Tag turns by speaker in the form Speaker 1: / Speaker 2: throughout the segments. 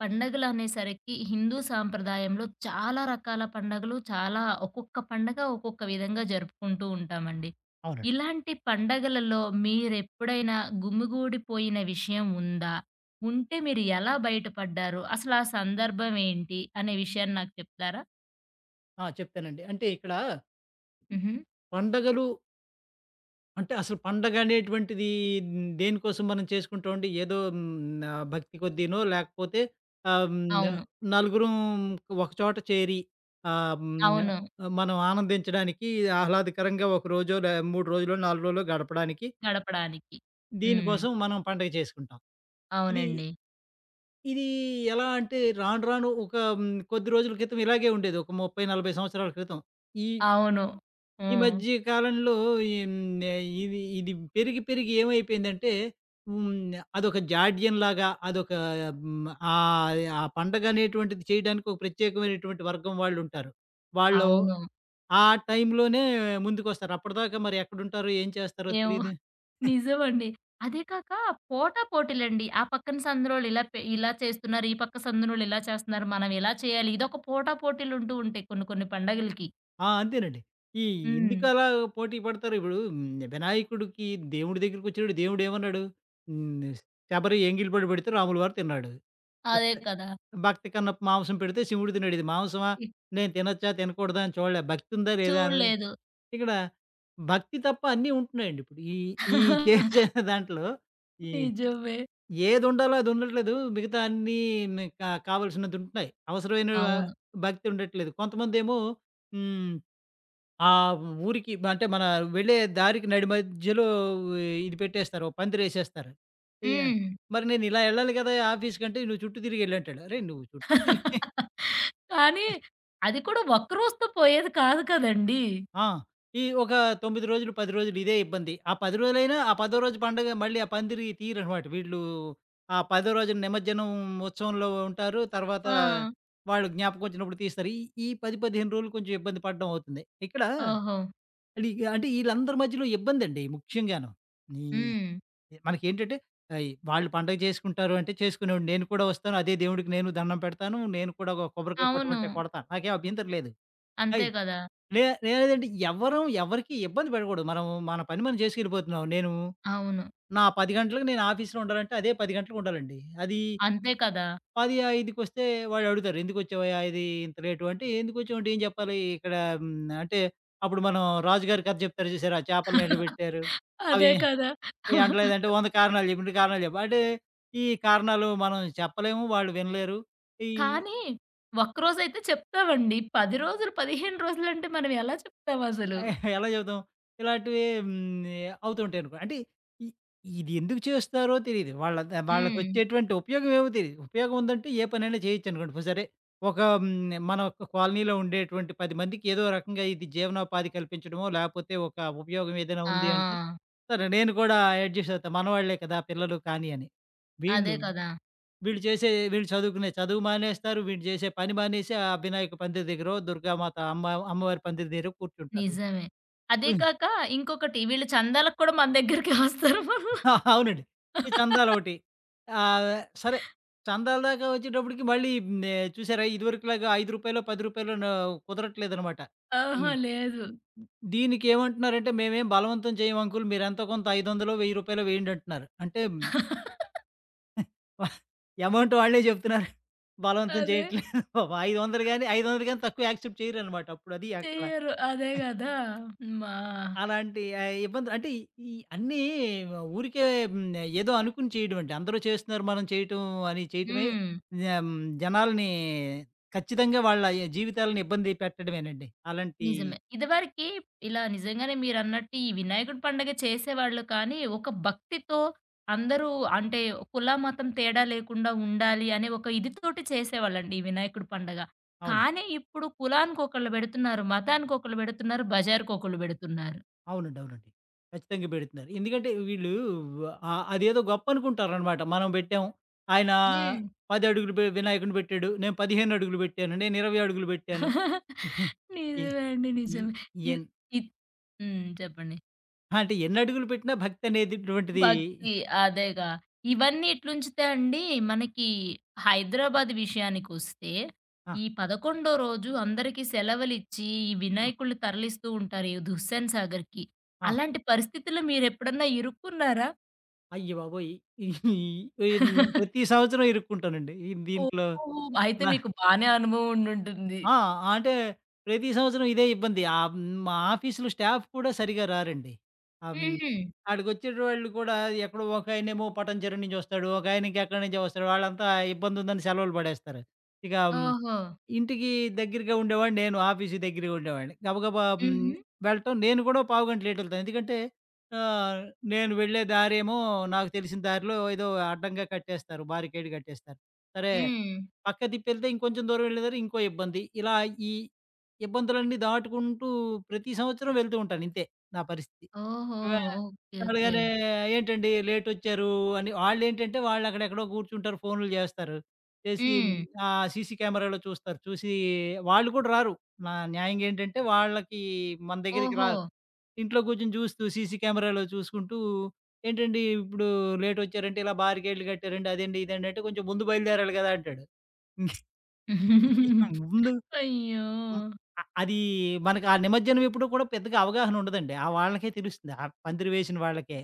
Speaker 1: పండగలనేసరికి హిందూ సాంప్రదాయంలో చాలా రకాల పండగలు, చాలా ఒక్కొక్క పండగ ఒక్కొక్క విధంగా జరుపుకుంటూ ఉంటామండి.
Speaker 2: అవునండి.
Speaker 1: ఇలాంటి పండగలలో మీరెప్పుడైనా గుమిగూడిపోయిన విషయం ఉందా? ఉంటే మీరు ఎలా బయటపడ్డారు? అసలు ఆ సందర్భం ఏంటి? అనే విషయాన్ని నాకు చెప్తారా?
Speaker 2: చెప్తానండి. అంటే ఇక్కడ
Speaker 1: హుహు.
Speaker 2: పండగలు అంటే అసలు పండగ అనేటువంటిది దేనికోసం మనం చేసుకుంటామండి? ఏదో భక్తి కొద్దీనో లేకపోతే ఆహ్, హ్మ్,
Speaker 1: అవును.
Speaker 2: నలుగురం ఒకచోట చేరి ఆహ్, హ్మ్,
Speaker 1: అవును.
Speaker 2: మనం ఆనందించడానికి ఆహ్లాదకరంగా ఒక రోజో, 3 రోజులో, 4 రోజులో గడపడానికి
Speaker 1: గడపడానికి. హ్మ్.
Speaker 2: దీనికోసం మనం పండగ చేసుకుంటాం. ఇది
Speaker 1: అవునండి.
Speaker 2: ఇది ఎలా అంటే రాను రాను ఒక హ్మ్, కొద్ది రోజుల క్రితం ఇలాగే ఉండేది. ఒక 30, 40 సంవత్సరాల క్రితం. ఈ
Speaker 1: అవును.
Speaker 2: ఈ
Speaker 1: హ్మ్.
Speaker 2: మధ్య కాలంలో ఏం, ఏ, ఇది ఇది పెరిగి పెరిగి ఏమైపోయిందంటే ఉమ్, అదొక జాడ్యం లాగా అదొక ఉమ్, ఆ ఆ పండగ అనేటువంటిది చేయడానికి ఒక ప్రత్యేకమైనటువంటి వర్గం వాళ్ళు ఉంటారు. వాళ్ళు
Speaker 1: అవును.
Speaker 2: ఆ టైంలోనే ముందుకు వస్తారు. అప్పటిదాకా మరి ఎక్కడుంటారో ఏం చేస్తారో
Speaker 1: ఏమో,
Speaker 2: తెలియదు.
Speaker 1: నిజమండి. అదే కాక పోటా పోటీలండి. ఆ పక్కన సందులోళ్ళు ఇలా ఇలా చేస్తున్నారు. ఈ పక్క సందులోళ్ళు ఇలా చేస్తున్నారు. మనం ఎలా చేయాలి? ఇదొక పోటా పోటీలుంటూ ఉంటాయి కొన్ని కొన్ని పండగలకి.
Speaker 2: అంతేనండి. ఈ
Speaker 1: హ్మ్.
Speaker 2: ఎందుకు అలా పోటీ పడతారు ఇప్పుడు? వినాయకుడికి దేవుడి దగ్గరికి వచ్చాడు, దేవుడు ఏమన్నాడు? ఉమ్, శబరి ఎంగిలిపడి పెడితే రాములు వారు తిన్నాడు.
Speaker 1: అదే
Speaker 2: భక్తి
Speaker 1: కదా!
Speaker 2: భక్తి కన్నా మాంసం పెడితే శివుడు తినడు. ఇది మాంసమా?
Speaker 1: ఇ
Speaker 2: నేను తినొచ్చా? తినకూడదా? అని చూడలే. భక్తి ఉందా? లేదా? అనేది.
Speaker 1: చూడలేదు.
Speaker 2: ఇక్కడ భక్తి తప్ప అన్నీ ఉంటున్నాయండి. ఇప్పుడు ఈ ఈ చేసే దాంట్లో ఈ
Speaker 1: నిజమే.
Speaker 2: ఏది ఉండాలో అది ఉండట్లేదు. మిగతా అన్నీ ని- కా కావాల్సినది ఉంటున్నాయి. అవసరమైన
Speaker 1: అవును.
Speaker 2: భక్తి ఉండట్లేదు. కొంతమందేమో హ్మ్. ఆ ఊరికి అంటే మన వెళ్ళే దారికి నడి మధ్యలో ఇది పెట్టేస్తారు. ఓ పందిరేసేస్తారు. ఇగ
Speaker 1: హ్మ్.
Speaker 2: మరి నేను ఇలా ఎళ్ళాలి కదా! ఆఫీస్‌కి అంటే "నువ్వు చుట్టూ తిరిగి ఎళ్ళు" అంటాడు. అరేయ్! నువ్వు చుట్టూ తిరిగి
Speaker 1: కానీ అది కూడా ఒక్క రోజుతో పోయేది కాదు కదండీ!
Speaker 2: ఆ! ఈ ఒక 9 రోజులు, 10 రోజులు ఇదే ఇబ్బంది. ఆ 10 రోజులైనా ఆ పదో రోజు పండగ మళ్ళీ ఆ పందిరి తీయరనమాట. వీళ్ళు ఆ పదో రోజు నిమజ్జనం ఉత్సవంలో ఉంటారు. తర్వాత
Speaker 1: ఆ!
Speaker 2: వాళ్ళు జ్ఞాపకం వచ్చినప్పుడు తీస్తారు. ఈ ఈ 10, 15 రోజులు కొంచెం ఇబ్బంది పడడం అవుతుంది. ఇక్కడ
Speaker 1: ఓహో!
Speaker 2: అది అంటే ఈళ్ళందరి మధ్యలో ఇబ్బందండి ముఖ్యంగాను. ఈ
Speaker 1: హ్మ్.
Speaker 2: మనకేంటంటే ఈ వాళ్ళు పండగ చేసుకుంటారు అంటే చేసుకునేవాడిని. నేను కూడా వస్తాను. అదే దేవుడికి నేను దండం పెడతాను. నేను కూడా ఒక కొబ్బరికాయ
Speaker 1: అవును.
Speaker 2: కొట్టమంటే కొడతాను. నాకేం అభ్యంతరం లేదు.
Speaker 1: అంతే
Speaker 2: అయ్
Speaker 1: కదా!
Speaker 2: లే లేదంటే ఎవ్వరం ఎవరికీ ఇబ్బంది పెట్టకూడదు. మనం మన పని మనం చేసుకెళ్ళిపోతున్నాం.
Speaker 1: అవును.
Speaker 2: నా 10 గంటలకు నేను ఆఫీస్‌లో ఉండాలంటే అదే 10 గంటలకు ఉండాలండి. అది
Speaker 1: అంతే కదా!
Speaker 2: 10, 5కొస్తే వాళ్ళు అడుగుతారు. "ఎందుకొచ్చావయ్యా ఇది ఇంత లేటు?" అంటే ఎందుకొచ్చావంటే ఏం చెప్పాలి? ఇక్కడ హ్మ్, అంటే అప్పుడు మనం రాజుగారి కథ చెప్తారు చూసారా? చేపలను ఎండబెట్టారు. అవి
Speaker 1: అదే కదా!
Speaker 2: అనట్లేదంటే 100 కారణాలు చెప్పు. 100 కారణాలు చెప్పు. అంటే ఈ కారణాలు మనం చెప్పలేము. వాళ్ళు వినలేరు. ఈ
Speaker 1: కానీ, ఒక్కరోజైతే చెప్తామండి. 10 రోజులు, 15 రోజులంటే మనం ఎలా చెప్తామసలు?
Speaker 2: ఎలా చెబుతాం? ఇలాంటివి అవుతుంటాయి అనుకో. అంటే ఇ ఇది ఎందుకు చేస్తారో తెలీదు.
Speaker 1: హ్మ్.
Speaker 2: వాళ్ళకొచ్చేటువంటి ఉపయోగం ఏమో తెలీదు. ఉపయోగం ఉందంటే ఏ పనైనా చేయొచ్చనుకోండి. ఇప్పుడు సరే ఒక మన ఒక కాలనీలో ఉండేటువంటి 10 మందికి ఏదో రకంగా ఇది జీవనోపాధి కల్పించడమో, లేకపోతే ఒక ఉపయోగం ఏదైనా ఉంది అంటే,
Speaker 1: ఆ!
Speaker 2: సరే నేను కూడా అడ్జస్ట్ అవుతా. మనవాళ్ళే కదా పిల్లలు కానీ అని.
Speaker 1: అదే
Speaker 2: వీళ్ళు
Speaker 1: కదా!
Speaker 2: వీళ్ళు చేసే వీళ్ళు చదువుకునే చదువు మానేస్తారు. వీళ్ళు చేసే పని మానేసి ఆ వినాయక పందిరి దగ్గరో, దుర్గామాత అమ్మ అమ్మవారి పందిరి దగ్గరో కూర్చుంటారు.
Speaker 1: నిజమే. అదే
Speaker 2: హ్మ్.
Speaker 1: కాక ఇంకొకటి వీళ్ళు చందాలకు కూడా మన దగ్గరికే వస్తారు మళ్ళా.
Speaker 2: అవునండి. ఈ చందాలొకటి. ఆహ్, సరే చందాల దాకా వచ్చేటప్పటికి మళ్ళీ చూసారా ఇదివరకులాగా రూ. 5 రూ. 10నో కుదరట్లేదనమాట.
Speaker 1: ఆహా!
Speaker 2: హ్మ్.
Speaker 1: లేదు.
Speaker 2: దీనికేమంటున్నారంటే, "మేమేం బలవంతం చేయము అంకుల్. మీరెంతో కొంత రూ. 500, రూ. 1000 వేయండంటున్నారు." అంటే ఎమౌంట్ వాళ్ళే చెప్తున్నారు. బలవంతం
Speaker 1: అదే,
Speaker 2: చేయట్లేదు. పాపం 500 గాని, 500 గాని తక్కువ యాక్సెప్ట్ చేయరనమాట. అప్పుడు అది అక్కడ
Speaker 1: చెయ్యరు. అదే గదా! మా
Speaker 2: అలాంటి ఇబ్బందులు అంటే ఈ ఈ అన్నీ ఊరికే హ్మ్. ఏదో అనుకుని చేయడం అండి. అందరూ చేస్తున్నారు మనం చేయటం అని చేయటమే
Speaker 1: హ్మ్.
Speaker 2: జం జనాల్ని ఖచ్చితంగా వాళ్ళ జీవితాలను ఇబ్బంది పెట్టడమేనండి. అలాంటి
Speaker 1: నిజమే. ఇదివరకి ఇలా నిజంగానే మీరన్నట్టు ఈ వినాయకుడి పండగ చేసేవాళ్ళు కానీ, ఒక భక్తితో అందరూ అంటే కుల, మతం తేడా లేకుండా ఉండాలి అనే ఒక ఇదితోటి చేసేవాళ్ళండి ఈ వినాయకుడి పండగ.
Speaker 2: అవును.
Speaker 1: కానీ ఇప్పుడు కులానికొకళ్ళు పెడుతున్నారు, మతానికొకళ్ళు పెడుతున్నారు, బజార్‌కొకళ్ళు పెడుతున్నారు.
Speaker 2: అవునండి. అవునండి. ఖచ్చితంగా బెడుతున్నారు. ఎందుకంటే వీళ్ళు అదేదో గొప్పనుకుంటారనమాట. మనం బెట్టాం. ఆయన 10 అడుగులు బె వినాయకుడిని బెట్టాడు. నేను 15 అడుగులు బెట్టాను. నేను 20 అడుగులు బెట్టాను.
Speaker 1: హ్మ్.
Speaker 2: ఈ
Speaker 1: నిజమే అండి.
Speaker 2: ఈ
Speaker 1: నిజమే. ఇద్
Speaker 2: ఎన్
Speaker 1: ఇద్ హ్మ్. చెప్పండి.
Speaker 2: అంటే ఎన్ని అడుగులు పెట్టినా భక్తనేదిటువంటిది.
Speaker 1: భక్తి. అదేగా. ఇవన్నీ ఎట్లుంచితే అండి మనకి హైదరాబాద్ విషయానికొస్తే,
Speaker 2: ఆ!
Speaker 1: ఈ 11 రోజు అందరికీ సెలవులిచ్చి, ఈ
Speaker 2: ఆ!
Speaker 1: వినాయకుడిని తరలిస్తూ ఉంటారు ఈ హుస్సేన్ సాగర్‌కి.
Speaker 2: ఆ!
Speaker 1: అలాంటి పరిస్థితుల్లో మీరెప్పుడన్నా ఇరుక్కున్నారా?
Speaker 2: అయ్య బాబోయ్! ఈ ఈ- ఈ- ప్రతి సంవత్సరం ఇరుక్కుంటానండి. ఈ దీంట్లో
Speaker 1: ఓహో! అయితే
Speaker 2: నా
Speaker 1: మీకు బానే అనుభవం ఉండుంటుంది.
Speaker 2: ఆ! అంటే ప్రతి సంవత్సరం ఇదే ఇబ్బంది. మా ఆఫీస్‌లో స్టాఫ్ కూడా సరిగ్గా రారండి. ఆహ్, హ్మ్,
Speaker 1: హుహు.
Speaker 2: ఆడికొచ్చేటోళ్ళు కూడా ఎక్కడో ఒకాయనేమో పటాన్‌చెరు నుంచి వస్తాడు. ఒకాయనకి ఎక్కడి నుంచో వస్తాడు. వాళ్ళంతా ఇబ్బందుందని సెలవులు పడేస్తారు. ఇక
Speaker 1: ఓహో!
Speaker 2: ఇంటికి దగ్గరగా ఉండేవాడిని నేను. ఆఫీస్‌కి దగ్గరగా ఉండేవాడిని. గబగబా
Speaker 1: హుహు.
Speaker 2: వెళ్ళటం నేను కూడా పావుగంట లేటెళ్తాను. ఎందుకంటే ఆహ్, నేను వెళ్ళే దారేమో నాకు తెలిసిన దారిలో ఏదో అడ్డంగా కట్టేస్తారు. బారికేడ్ కట్టేస్తారు. సరే
Speaker 1: హ్మ్.
Speaker 2: పక్క తిప్పెళ్తే ఇంకొంచెం దూరం వెళ్ళేదారు ఇంకో ఇబ్బంది. ఇలా ఈ ఇబ్బందులన్నీ దాటుకుంటూ ప్రతి సంవత్సరం వెళ్తూ ఉంటాను. ఇంతే నా పరిస్థితి.
Speaker 1: ఓహో!
Speaker 2: వా
Speaker 1: ఓకే. ఓకే.
Speaker 2: అడగగానే "ఏంటండి లేటొచ్చారు" అని వాళ్ళేంటంటే వాళ్ళక్కడెక్కడో కూర్చుంటారు, ఫోనులు చేస్తారు. చేసి
Speaker 1: హ్మ్.
Speaker 2: సీసీ కెమెరాలో చూస్తారు. చూసి వాళ్ళు కూడా రారు. న్యాయంగా ఏంటంటే వాళ్ళకి మన దగ్గరికి
Speaker 1: ఓహో!
Speaker 2: రారు. ఇంట్లో కూర్చొని చూస్తూ సీసీ కెమెరాలో చూసుకుంటూ "ఏంటండి ఇప్పుడు లేటొచ్చారంటే ఇలా బారికేడ్లు కట్టారండి అదండి, ఇదండి" అంటే "కొంచెం ముందు బయలుదేరాలి కదా" అంటాడు. ఇక ముందు
Speaker 1: అయ్యో!
Speaker 2: హ్మ్. అది మనకు ఆ నిమజ్జనం ఎప్పుడు కూడా పెద్దగా అవగాహన ఉండదండి. ఆ వాళ్ళకే తెలుస్తుంది. ఆ పందిరి వేసిన వాళ్ళకే.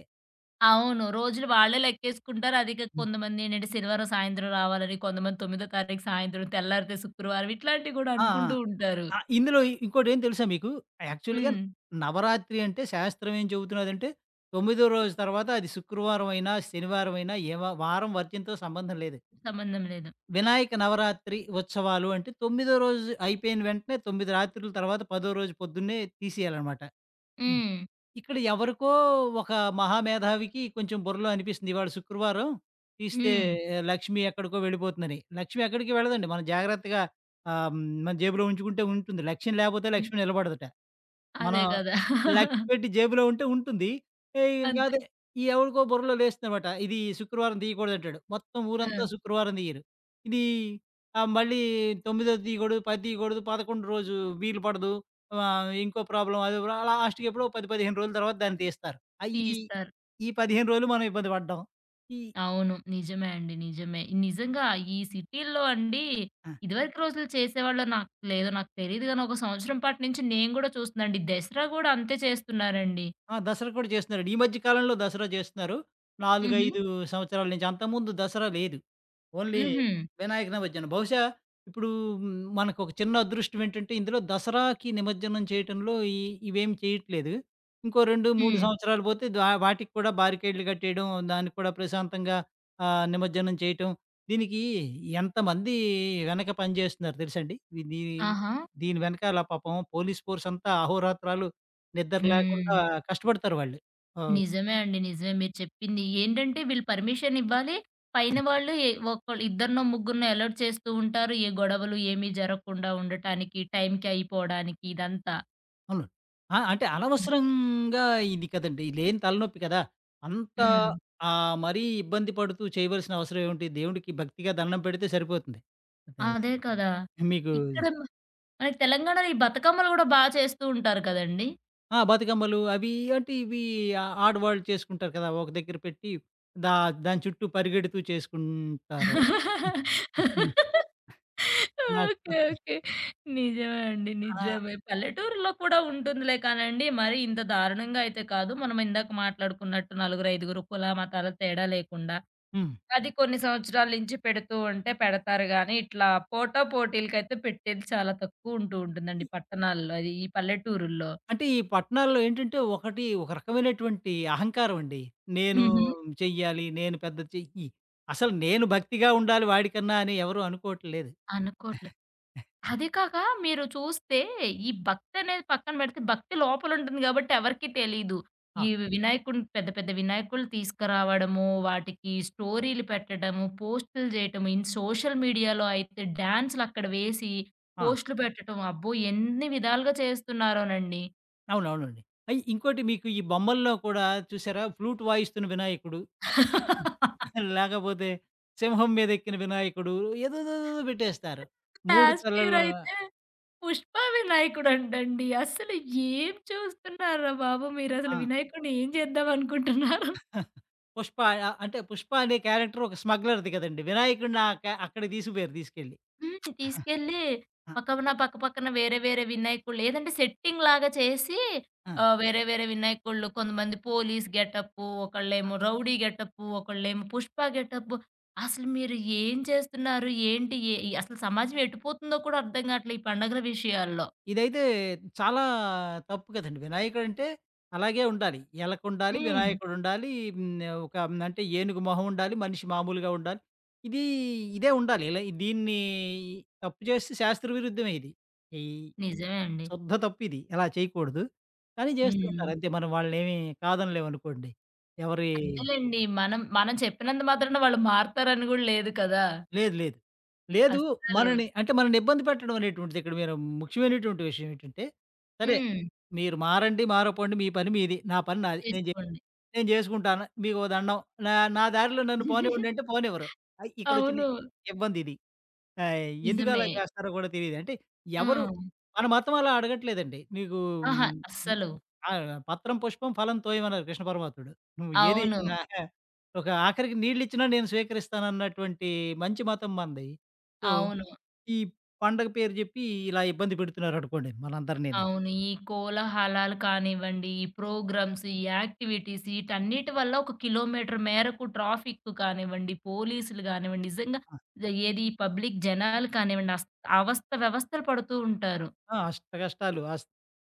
Speaker 1: అవును. రోజులు వాళ్ళే లెక్కేసుకుంటారు. అదిక
Speaker 2: హ్మ్.
Speaker 1: కొంతమందేంటంటే శనివారం సాయంత్రం రావాలని, కొంతమంది తొమ్మిదో తారీఖు సాయంత్రం తెల్లారితే శుక్రవారం ఇట్లాంటివి గూడా
Speaker 2: ఆ! ఆ!
Speaker 1: అనుకుంటూ ఉంటారు.
Speaker 2: ఆ! ఇందులో ఇంకోటేం తెలుసా మీకు? యాక్చువల్‌గా
Speaker 1: హ్మ్.
Speaker 2: నవరాత్రి అంటే శాస్త్రం ఏం చెబుతున్నదంటే, తొమ్మిదో రోజు తర్వాత అది శుక్రవారం అయినా, శనివారం అయినా ఏ వా వారం వర్జ్యంతో సంబంధం లేదు.
Speaker 1: సంబంధం లేదు.
Speaker 2: వినాయక నవరాత్రి ఉత్సవాలు అంటే, తొమ్మిదో రోజు అయిపోయిన వెంటనే 9 రాత్రుల తర్వాత పదో రోజు పొద్దున్నే తీసేయాలనమాట.
Speaker 1: హ్మ్.
Speaker 2: ఇక్కడ ఎవరికో ఒక మహామేధావికి కొంచెం బుర్రలో అనిపిస్తుంది. ఇవాళ శుక్రవారం తీస్తే
Speaker 1: హ్మ్.
Speaker 2: లక్ష్మి ఎక్కడికో వెళ్ళిపోతుందని. లక్ష్మి ఎక్కడికి వెళ్ళదండి. మనం జాగ్రత్తగా మన జేబులో ఉంచుకుంటే ఉంటుంది. లక్ష్యం లేపోతే
Speaker 1: హ్మ్.
Speaker 2: లక్ష్మి నిలబడదట.
Speaker 1: అదే
Speaker 2: మనం
Speaker 1: గదా!
Speaker 2: లక్షపెట్టి జేబులో ఉంటే ఉంటుంది.
Speaker 1: అంతే.
Speaker 2: కాదు ఎవడికో బుర్రలో లేస్తుందనమాట. ఇది శుక్రవారం తీయకూడదంటాడు. మొత్తం
Speaker 1: ఆ!
Speaker 2: ఊరంతా శుక్రవారం తీయరు. ఇది మళ్ళీ తొమ్మిదోది తీయకూడదు, 10 తీయకూడదు, 11 రోజు వీలు పడదు. ఇంకో ప్రాబ్లమ్ అదో ప్రా అలా లాస్ట్‌కి ఎప్పుడో 10, 15 రోజుల తర్వాత దాన్ని తీస్తారు. ఆహ్,
Speaker 1: టీ
Speaker 2: ఈ
Speaker 1: ఇస్తారు.
Speaker 2: ఈ 15 రోజులు మనం ఇబ్బంది పడ్డాం. ఈ
Speaker 1: అవును. నిజమే అండి. నిజమే. నిజంగా ఈ సిటీల్లో అండి
Speaker 2: ఆ!
Speaker 1: ఇదివరకు రోజులు చేసేవాళ్ళో నాకు లేదో నాకు తెలీదు గానీ, ఒక సంవత్సరం పాటు నుంచి నేను గూడా చూస్తున్నాండి. దసరా గూడా అంతే చేస్తున్నారండి.
Speaker 2: ఆ! దసరా కూడా చేస్తున్నారండి. ఈ మధ్య కాలంలో దసరా చేస్తున్నారు. 4,
Speaker 1: హుహు.
Speaker 2: 5 సంవత్సరాల నుంచి. అంతకుముందు దసరా లేదు. ఓన్లీ
Speaker 1: హుహు.
Speaker 2: వినాయక నిమజ్జనం. బహుశా ఇప్పుడు మనకొక చిన్న అదృష్టం ఏంటంటే, ఇందులో దసరాకి నిమజ్జనం చేయటంలో ఇవేం చేయట్లేదు. ఇంకో 2, 3
Speaker 1: హ్మ్.
Speaker 2: సంవత్సరాలు పోతే వాటికి కూడా బారికేడ్లు కట్టేయడం, దానికి కూడా ప్రశాంతంగా నిమజ్జనం చేయటం. దీనికి ఎంతమంది వెనక పనిచేస్తున్నారు తెలుసండి? వి దీ
Speaker 1: ఆహా!
Speaker 2: దీని వెనకాల పాపం పోలీస్ ఫోర్స్ అంతా అహోరాత్రాలు నిద్ర లేకుండా
Speaker 1: హ్మ్.
Speaker 2: కష్టపడతారు వాళ్ళు. ఆ!
Speaker 1: నిజమే అండి. నిజమే మీరు చెప్పింది. ఏంటంటే వీళ్ళు పర్మిషన్ ఇవ్వాలి. పైన వాళ్ళు ఏ ఒకళ్ళు ఇద్దరినో, ముగ్గురినో అలర్ట్ చేస్తూ ఉంటారు. ఏ గొడవలు ఏమీ జరగకుండా ఉండటానికి, టైంకి అయిపోవడానికి ఇదంతా.
Speaker 2: అవును. ఆ! అంటే
Speaker 1: హ్మ్.
Speaker 2: అనవసరంగా ఇది కదండీ. లేని తలనొప్పి కదా! అంత
Speaker 1: హ్మ్.
Speaker 2: మరీ ఇబ్బంది పడుతూ చేయవలసిన అవసరం ఏముంటి? దేవుడికి భక్తిగా దండం పెడితే సరిపోతుంది. అదే
Speaker 1: అదే కదా!
Speaker 2: మీకు.
Speaker 1: ఇక్కడ మనకి తెలంగాణలో ఈ బతుకమ్మలు గూడా బా చేస్తూ ఉంటారు కదండీ!
Speaker 2: ఆ! బతుకమ్మలు అవి అంటే ఇవి ఆడవాళ్ళు చేసుకుంటారు కదా! ఒక దగ్గర పెట్టి దా దాని చుట్టూ పరిగెడుతూ చేసుకుంటారు. నాకు
Speaker 1: ఓకే.
Speaker 2: గుర్తు
Speaker 1: ఓకే. నిజమే అండి.
Speaker 2: ఆ!
Speaker 1: నిజమే. పల్లెటూరులో కూడా ఉంటుందిలే కానండి. మరి ఇంత దారుణంగా అయితే కాదు. మనం ఇందాక మాట్లాడుకున్నట్టు నలుగురు, ఐదుగురు కుల, మతాల తేడా లేకుండా
Speaker 2: హ్మ్.
Speaker 1: అది కొన్ని సంవత్సరాల నుంచి పెడుతూ ఉంటే పెడతారు గానీ, ఇట్లా పోటా పోటీలకైతే పెట్టేది చాలా తక్కువుంటూ ఉంటుందండి పట్టణాల్లో. అది ఈ పల్లెటూరుల్లో.
Speaker 2: అంటే ఈ పట్టణాల్లో ఏంటంటే ఒకటి ఒక రకమైనటువంటి అహంకారం అండి. నేను
Speaker 1: హుహు.
Speaker 2: చెయ్యాలి, నేను పెద్ద చెయ్యి. అసలు నేను భక్తిగా ఉండాలి వాడికన్నా అని ఎవరు అనుకోవట్లేదు.
Speaker 1: అనుకోవట్లే. అది కాక మీరు చూస్తే ఈ భక్తనేది పక్కన పెడితే భక్తి లోపలుంటుంది గాబట్టి ఎవరికీ తెలీదు.
Speaker 2: ఆ!
Speaker 1: ఈ వినాయకుడిని పెద్ద పెద్ద వినాయకులు తీసుకురావడము, వాటికి స్టోరీలు పెట్టడము, పోస్టులు చేయటము, ఇన్ సోషల్ మీడియాలో అయితే డాన్స్‌లక్కడ వేసి
Speaker 2: ఆ!
Speaker 1: పోస్టులు పెట్టటం. అబ్బో! ఎన్ని విధాలుగా చేస్తున్నారోనండి.
Speaker 2: అవునవునండి. ఇంకోటి మీకు ఈ బొమ్మల్లో కూడా చూసారా ఫ్లూట్ వాయిస్తున్న వినాయకుడు, లేకపోతే సింహం మీద ఎక్కిన వినాయకుడు, ఏదేదేదో పెట్టేస్తారు. 3
Speaker 1: లాస్ట్ ఇయర్
Speaker 2: తలలు.
Speaker 1: అయితే పుష్ప వినాయకుడంటండి. అసలు ఏం చూస్తున్నార్రా బాబు
Speaker 2: ఆ!
Speaker 1: మీరసలు వినాయకుడిని ఏం చేద్దాం అనుకుంటున్నారు?
Speaker 2: పుష్ప అంటే 'పుష్ప' అనే క్యారెక్టర్ ఒక స్మగ్లర్‌ది కదండీ. వినాయకుడిని ఆహ్, క అక్కడికి తీసుకుపోయారు తీసుకెళ్ళి.
Speaker 1: హ్మ్. తీసుకెళ్ళి పక్కన, పక్క పక్కన వేరే వేరే వినాయకుళ్ళు ఏదంటే సెట్టింగ్‌లాగా చేసి
Speaker 2: ఆ!
Speaker 1: వేరే వేరే వినాయకుళ్ళు కొంతమంది పోలీస్ గెటప్పు, ఒకళ్ళేమో రౌడీ గెటప్పు, ఒకళ్ళేమో పుష్ప గెటప్పు. అసలు మీరు ఏం చేస్తున్నారు? ఏంటి? అసలు సమాజం ఎటుపోతుందో కూడా అర్థం కావట్లే ఈ పండగల విషయాల్లో.
Speaker 2: ఇదైతే చాలా తప్పు కదండీ. వినాయకుడంటే అలాగే ఉండాలి. ఎలకుండాలి,
Speaker 1: హ్మ్.
Speaker 2: వినాయకుడుండాలి, హ్మ్, ఒక అంటే ఏనుగు మొహం ఉండాలి, మనిషి మామూలుగా ఉండాలి. ఇది ఇదే ఉండాలి. ఇలా దీన్ని తప్పు చేస్తే శాస్త్ర విరుద్ధమే ఇది. ఈ
Speaker 1: నిజమే అండి.
Speaker 2: శుద్ధ తప్పిది. ఇలా చేయకూడదు. కానీ చేస్తూ
Speaker 1: హ్మ్.
Speaker 2: ఉంటారు. అంతే మనం వాళ్ళనేమి కాదనలేమనుకోండి. ఎవరి
Speaker 1: అంతేలెండి. మనం మనం చెప్పినంత మాత్రాన వాళ్ళు మారతారని గూడా లేదు కదా!
Speaker 2: లేదు. లేదు. లేదు.
Speaker 1: అస్సలు.
Speaker 2: మనని అంటే మనని ఇబ్బంది పెట్టడం అనేటువంటిది ఇక్కడ మీరు ముఖ్యమైనటువంటి విషయం ఏంటంటే, సరే
Speaker 1: హ్మ్.
Speaker 2: మీరు మారండి, మారపోండి మీ పని మీది. నా పని నాది.
Speaker 1: చేసుకోండి.
Speaker 2: నేను జేసుకుంటాను. మీకో దండం. నా నా దారిలో నన్ను పోనివ్వండి అంటే పోనివ్వరు. ఇక్కడొచ్చిన
Speaker 1: అవును.
Speaker 2: ఇబ్బందిది. ఆ! ఎందుకు అలా
Speaker 1: నిజమే.
Speaker 2: చేస్తారో కూడా తెలీదు. అంటే
Speaker 1: ఆ!
Speaker 2: ఎవరు మన మతం అలా అడగట్లేదండి. నీకు హ్మ్,
Speaker 1: అహా!
Speaker 2: హ్మ్.
Speaker 1: అస్సలు.
Speaker 2: ఆ! పత్రం, పుష్పం, ఫలం తోయమన్నారు కృష్ణ పరమాత్ముడు. నువ్వు ఏది
Speaker 1: అవును.
Speaker 2: ఇచ్చినా ఒక ఆఖరికి నీళ్ళిచ్చినా నేను స్వీకరిస్తానన్నటువంటి మంచి మతం మనది. సో,
Speaker 1: అవును.
Speaker 2: ఈ పండగ పేరు జెప్పి ఇలా ఇబ్బంది పెడుతున్నారనుకోండి మనందరినీను.
Speaker 1: అవును. ఈ కోలాహలాలు కానివ్వండి, ఈ ప్రోగ్రామ్స్, ఈ యాక్టివిటీస్ ఈటన్నిటి వల్ల ఒక కిలోమీటర్ మేరకు ట్రాఫిక్ కానివ్వండి, పోలీసులు గానివ్వండి, నిజంగా
Speaker 2: ఆ!
Speaker 1: ఏది పబ్లిక్ జనాలు కానివ్వండి, అవస్థ వ్యవస్థలు పడుతూ ఉంటారు.
Speaker 2: ఆ! అష్ట కష్టాలు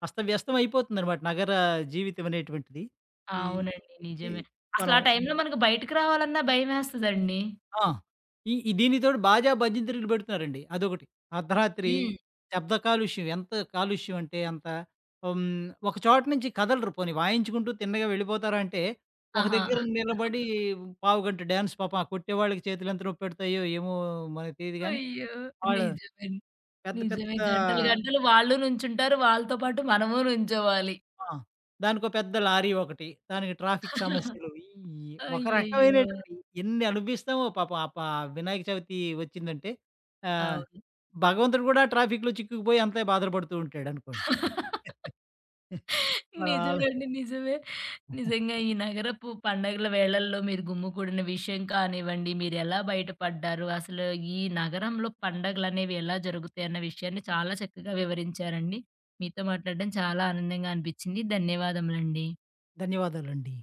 Speaker 2: అస్తవ్యస్తం అయిపోతుందనమాట నగర జీవితం అనేటువంటిది. ఈ
Speaker 1: అవునండి.
Speaker 2: ఈ
Speaker 1: నిజమే. అసలు
Speaker 2: మనం
Speaker 1: ఆ టైంలో మనకు బయటకి రావాలన్నా భయమేస్తదండి.
Speaker 2: ఆ! ఈ ఈ దీనితోటి బాజా భజంత్రీలు పెడుతున్నారండి అదొకటి. అర్ధరాత్రి
Speaker 1: హ్మ్.
Speaker 2: శబ్ద కాలుష్యం ఎంత కాలుష్యం అంటే అంత, హ్మ్, ఒక చోట నుంచి కదలరు. పోనీ వాయించుకుంటూ తిన్నగా వెళ్ళిపోతారా అంటే, ఒక
Speaker 1: ఆహా!
Speaker 2: దగ్గర నిలబడి పావుగంట డాన్స్. పాపం ఆ కొట్టేవాళ్ళకి చేతులు ఎంత నొప్పెడతాయో ఏమో మనకు తెలీదు గానీ,
Speaker 1: అయ్యో!
Speaker 2: వాళ్ళు
Speaker 1: నిజమే.
Speaker 2: పెద్ద పెద్ద,
Speaker 1: నిజమే. గంటలు గంటలు వాళ్ళు నుంచుంటారు. వాళ్ళతో పాటు మనము నుంచోవాలి.
Speaker 2: ఆ! దానికో పెద్ద లారీ ఒకటి. దానికి ట్రాఫిక్ సమస్యలు. ఒక
Speaker 1: అయ్యయ్యో!
Speaker 2: రకమైనటువంటి ఎన్ని అనుభవిస్తామో పాపం ఆ ప వినాయక చవితి వచ్చిందంటే ఆహ్,
Speaker 1: అవును.
Speaker 2: భగవంతుడు కూడా ట్రాఫిక్‌లో చిక్కుకుపోయి అంతే బాధలు పడుతూ ఉంటాడనుకోండి. మన వాళ్ళ
Speaker 1: నిజమే అండి. నిజమే. నిజంగా ఈ నగరపు పండగల వేళల్లో మీరు గుమ్మికూడిన విషయం కానివ్వండి, మీరెలా బయటపడ్డారు, అసలు ఈ నగరంలో పండగలనేవి ఎలా జరుగుతాయన్న విషయాన్ని చాలా చక్కగా వివరించారండి. మీతో మాట్లాడడం చాలా ఆనందంగా అనిపించింది. ధన్యవాదములండి.
Speaker 2: ధన్యవాదాలండి.